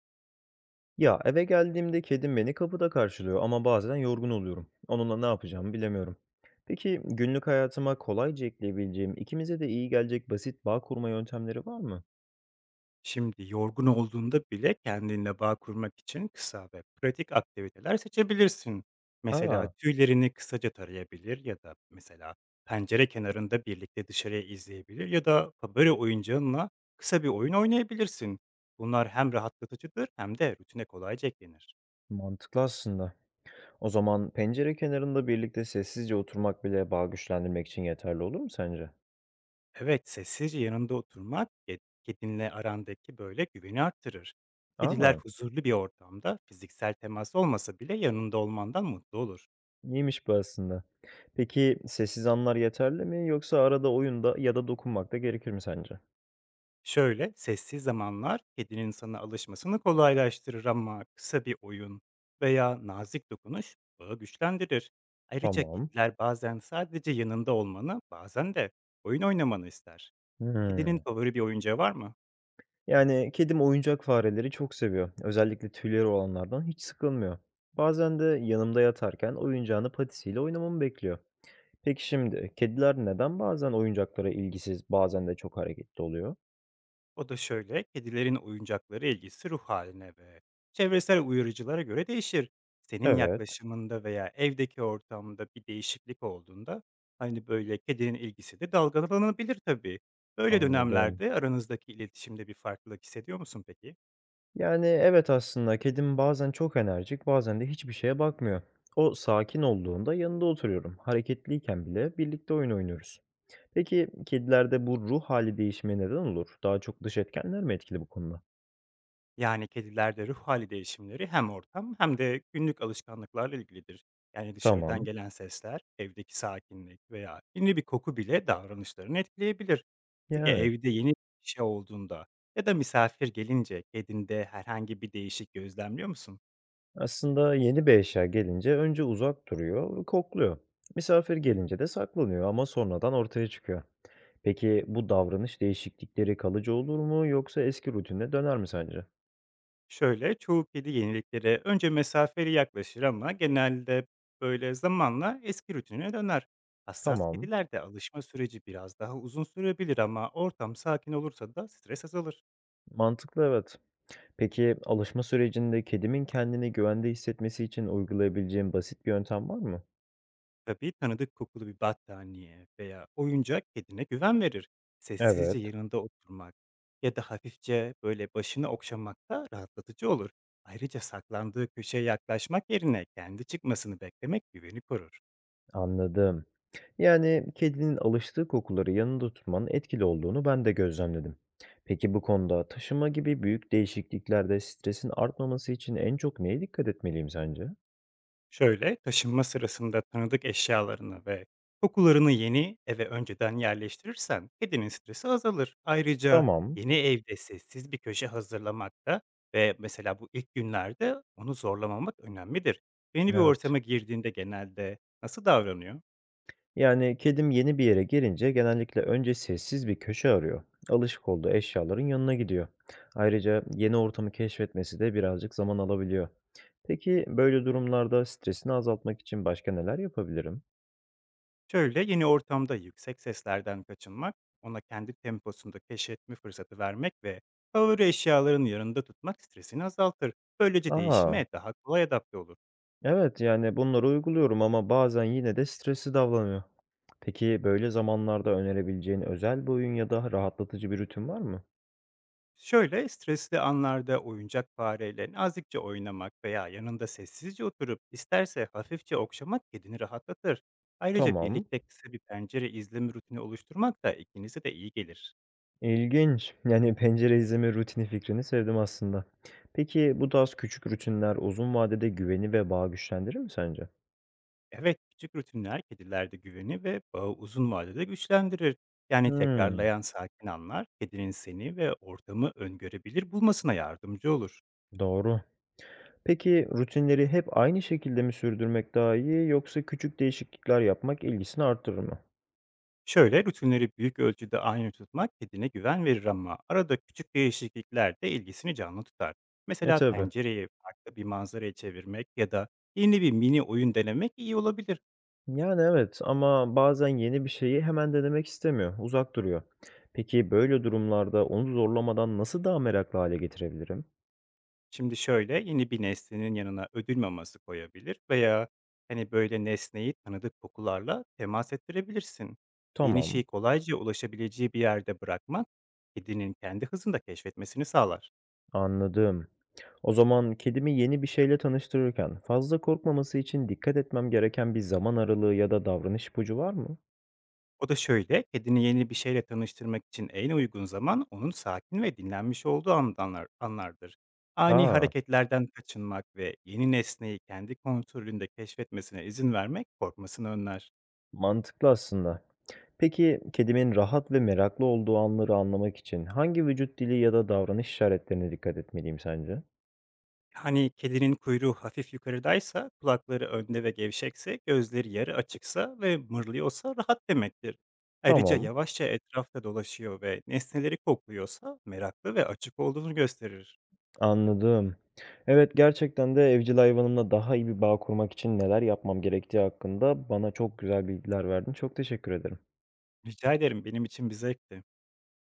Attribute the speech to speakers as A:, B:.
A: Ya, eve geldiğimde kedim beni kapıda karşılıyor ama bazen yorgun oluyorum. Onunla ne yapacağımı bilemiyorum. Peki günlük hayatıma kolayca ekleyebileceğim, ikimize de iyi gelecek basit bağ kurma yöntemleri var mı?
B: Şimdi yorgun olduğunda bile kendinle bağ kurmak için kısa ve pratik aktiviteler seçebilirsin. Mesela
A: Aa,
B: tüylerini kısaca tarayabilir ya da mesela pencere kenarında birlikte dışarıya izleyebilir ya da favori oyuncağınla kısa bir oyun oynayabilirsin. Bunlar hem rahatlatıcıdır hem de rutine kolayca eklenir.
A: mantıklı aslında. O zaman pencere kenarında birlikte sessizce oturmak bile bağ güçlendirmek için yeterli olur mu sence?
B: Evet, sessizce yanında oturmak kedinle arandaki böyle güveni arttırır. Kediler
A: Aa,
B: huzurlu bir ortamda fiziksel temas olmasa bile yanında olmandan mutlu olur.
A: iyiymiş bu aslında. Peki sessiz anlar yeterli mi yoksa arada oyunda ya da dokunmak da gerekir mi sence?
B: Şöyle, sessiz zamanlar kedinin sana alışmasını kolaylaştırır ama kısa bir oyun veya nazik dokunuş bağı güçlendirir. Ayrıca
A: Tamam.
B: kediler bazen sadece yanında olmanı, bazen de oyun oynamanı ister. Kedinin
A: Hmm.
B: favori bir oyuncağı var mı?
A: Yani kedim oyuncak fareleri çok seviyor. Özellikle tüyleri olanlardan hiç sıkılmıyor. Bazen de yanımda yatarken oyuncağını patisiyle oynamamı bekliyor. Peki şimdi kediler neden bazen oyuncaklara ilgisiz, bazen de çok hareketli oluyor?
B: O da şöyle, kedilerin oyuncakları ilgisi ruh haline ve çevresel uyarıcılara göre değişir. Senin
A: Evet,
B: yaklaşımında veya evdeki ortamda bir değişiklik olduğunda, hani, böyle, kedinin ilgisi de dalgalanabilir tabii. Böyle
A: anladım.
B: dönemlerde aranızdaki iletişimde bir farklılık hissediyor musun peki?
A: Yani evet aslında kedim bazen çok enerjik, bazen de hiçbir şeye bakmıyor. O sakin olduğunda yanında oturuyorum. Hareketliyken bile birlikte oyun oynuyoruz. Peki kedilerde bu ruh hali değişimi neden olur? Daha çok dış etkenler mi etkili bu konuda?
B: Yani kedilerde ruh hali değişimleri hem ortam hem de günlük alışkanlıklarla ilgilidir. Yani dışarıdan
A: Tamam.
B: gelen sesler, evdeki sakinlik veya yeni bir koku bile davranışlarını etkileyebilir. Peki
A: Yani,
B: evde yeni bir şey olduğunda ya da misafir gelince kedinde herhangi bir değişik gözlemliyor musun?
A: aslında yeni bir eşya gelince önce uzak duruyor ve kokluyor. Misafir gelince de saklanıyor ama sonradan ortaya çıkıyor. Peki bu davranış değişiklikleri kalıcı olur mu yoksa eski rutinine döner mi sence?
B: Şöyle, çoğu kedi yeniliklere önce mesafeli yaklaşır ama genelde böyle zamanla eski rutinine döner. Hassas
A: Tamam,
B: kedilerde alışma süreci biraz daha uzun sürebilir ama ortam sakin olursa da stres azalır.
A: mantıklı evet. Peki alışma sürecinde kedimin kendini güvende hissetmesi için uygulayabileceğim basit bir yöntem var mı?
B: Tabii, tanıdık kokulu bir battaniye veya oyuncak kedine güven verir.
A: Evet.
B: Sessizce yanında oturmak ya da hafifçe böyle başını okşamak da rahatlatıcı olur. Ayrıca saklandığı köşeye yaklaşmak yerine kendi çıkmasını beklemek güveni korur.
A: Anladım. Yani kedinin alıştığı kokuları yanında tutmanın etkili olduğunu ben de gözlemledim. Peki bu konuda taşıma gibi büyük değişikliklerde stresin artmaması için en çok neye dikkat etmeliyim sence?
B: Şöyle, taşınma sırasında tanıdık eşyalarını ve kokularını yeni eve önceden yerleştirirsen kedinin stresi azalır. Ayrıca
A: Tamam.
B: yeni evde sessiz bir köşe hazırlamakta ve mesela bu ilk günlerde onu zorlamamak önemlidir. Yeni bir
A: Evet.
B: ortama girdiğinde genelde nasıl davranıyor?
A: Yani kedim yeni bir yere gelince genellikle önce sessiz bir köşe arıyor. Alışık olduğu eşyaların yanına gidiyor. Ayrıca yeni ortamı keşfetmesi de birazcık zaman alabiliyor. Peki böyle durumlarda stresini azaltmak için başka neler yapabilirim?
B: Şöyle, yeni ortamda yüksek seslerden kaçınmak, ona kendi temposunda keşfetme fırsatı vermek ve favori eşyaların yanında tutmak stresini azaltır. Böylece
A: Aa,
B: değişime daha kolay adapte olur.
A: evet, yani bunları uyguluyorum ama bazen yine de stresli davranıyor. Peki böyle zamanlarda önerebileceğin özel bir oyun ya da rahatlatıcı bir rutin var mı?
B: Şöyle, stresli anlarda oyuncak fareyle nazikçe oynamak veya yanında sessizce oturup isterse hafifçe okşamak kedini rahatlatır. Ayrıca
A: Tamam.
B: birlikte kısa bir pencere izleme rutini oluşturmak da ikinize de iyi gelir.
A: İlginç. Yani pencere izleme rutini fikrini sevdim aslında. Peki bu tarz küçük rutinler uzun vadede güveni ve bağı güçlendirir mi sence?
B: Evet, küçük rutinler kedilerde güveni ve bağı uzun vadede güçlendirir. Yani
A: Hmm,
B: tekrarlayan sakin anlar kedinin seni ve ortamı öngörebilir bulmasına yardımcı olur.
A: doğru. Peki rutinleri hep aynı şekilde mi sürdürmek daha iyi yoksa küçük değişiklikler yapmak ilgisini artırır mı?
B: Şöyle rutinleri büyük ölçüde aynı tutmak kedine güven verir ama arada küçük değişiklikler de ilgisini canlı tutar.
A: E
B: Mesela
A: tabii.
B: pencereyi farklı bir manzaraya çevirmek ya da yeni bir mini oyun denemek iyi olabilir.
A: Yani, evet ama bazen yeni bir şeyi hemen denemek istemiyor, uzak duruyor. Peki böyle durumlarda onu zorlamadan nasıl daha meraklı hale getirebilirim?
B: Şimdi şöyle yeni bir nesnenin yanına ödül maması koyabilir veya hani böyle nesneyi tanıdık kokularla temas ettirebilirsin. Yeni
A: Tamam,
B: şeyi kolayca ulaşabileceği bir yerde bırakmak kedinin kendi hızında keşfetmesini sağlar.
A: anladım. O zaman kedimi yeni bir şeyle tanıştırırken fazla korkmaması için dikkat etmem gereken bir zaman aralığı ya da davranış ipucu var mı?
B: O da şöyle, kedini yeni bir şeyle tanıştırmak için en uygun zaman onun sakin ve dinlenmiş olduğu anlar, anlardır. Ani
A: Aa,
B: hareketlerden kaçınmak ve yeni nesneyi kendi kontrolünde keşfetmesine izin vermek korkmasını önler.
A: mantıklı aslında. Peki kedimin rahat ve meraklı olduğu anları anlamak için hangi vücut dili ya da davranış işaretlerine dikkat etmeliyim sence?
B: Hani kedinin kuyruğu hafif yukarıdaysa, kulakları önde ve gevşekse, gözleri yarı açıksa ve mırlıyorsa rahat demektir. Ayrıca
A: Tamam.
B: yavaşça etrafta dolaşıyor ve nesneleri kokluyorsa meraklı ve açık olduğunu gösterir.
A: Anladım. Evet, gerçekten de evcil hayvanımla daha iyi bir bağ kurmak için neler yapmam gerektiği hakkında bana çok güzel bilgiler verdin. Çok teşekkür ederim.
B: Rica ederim, benim için bir zevkti.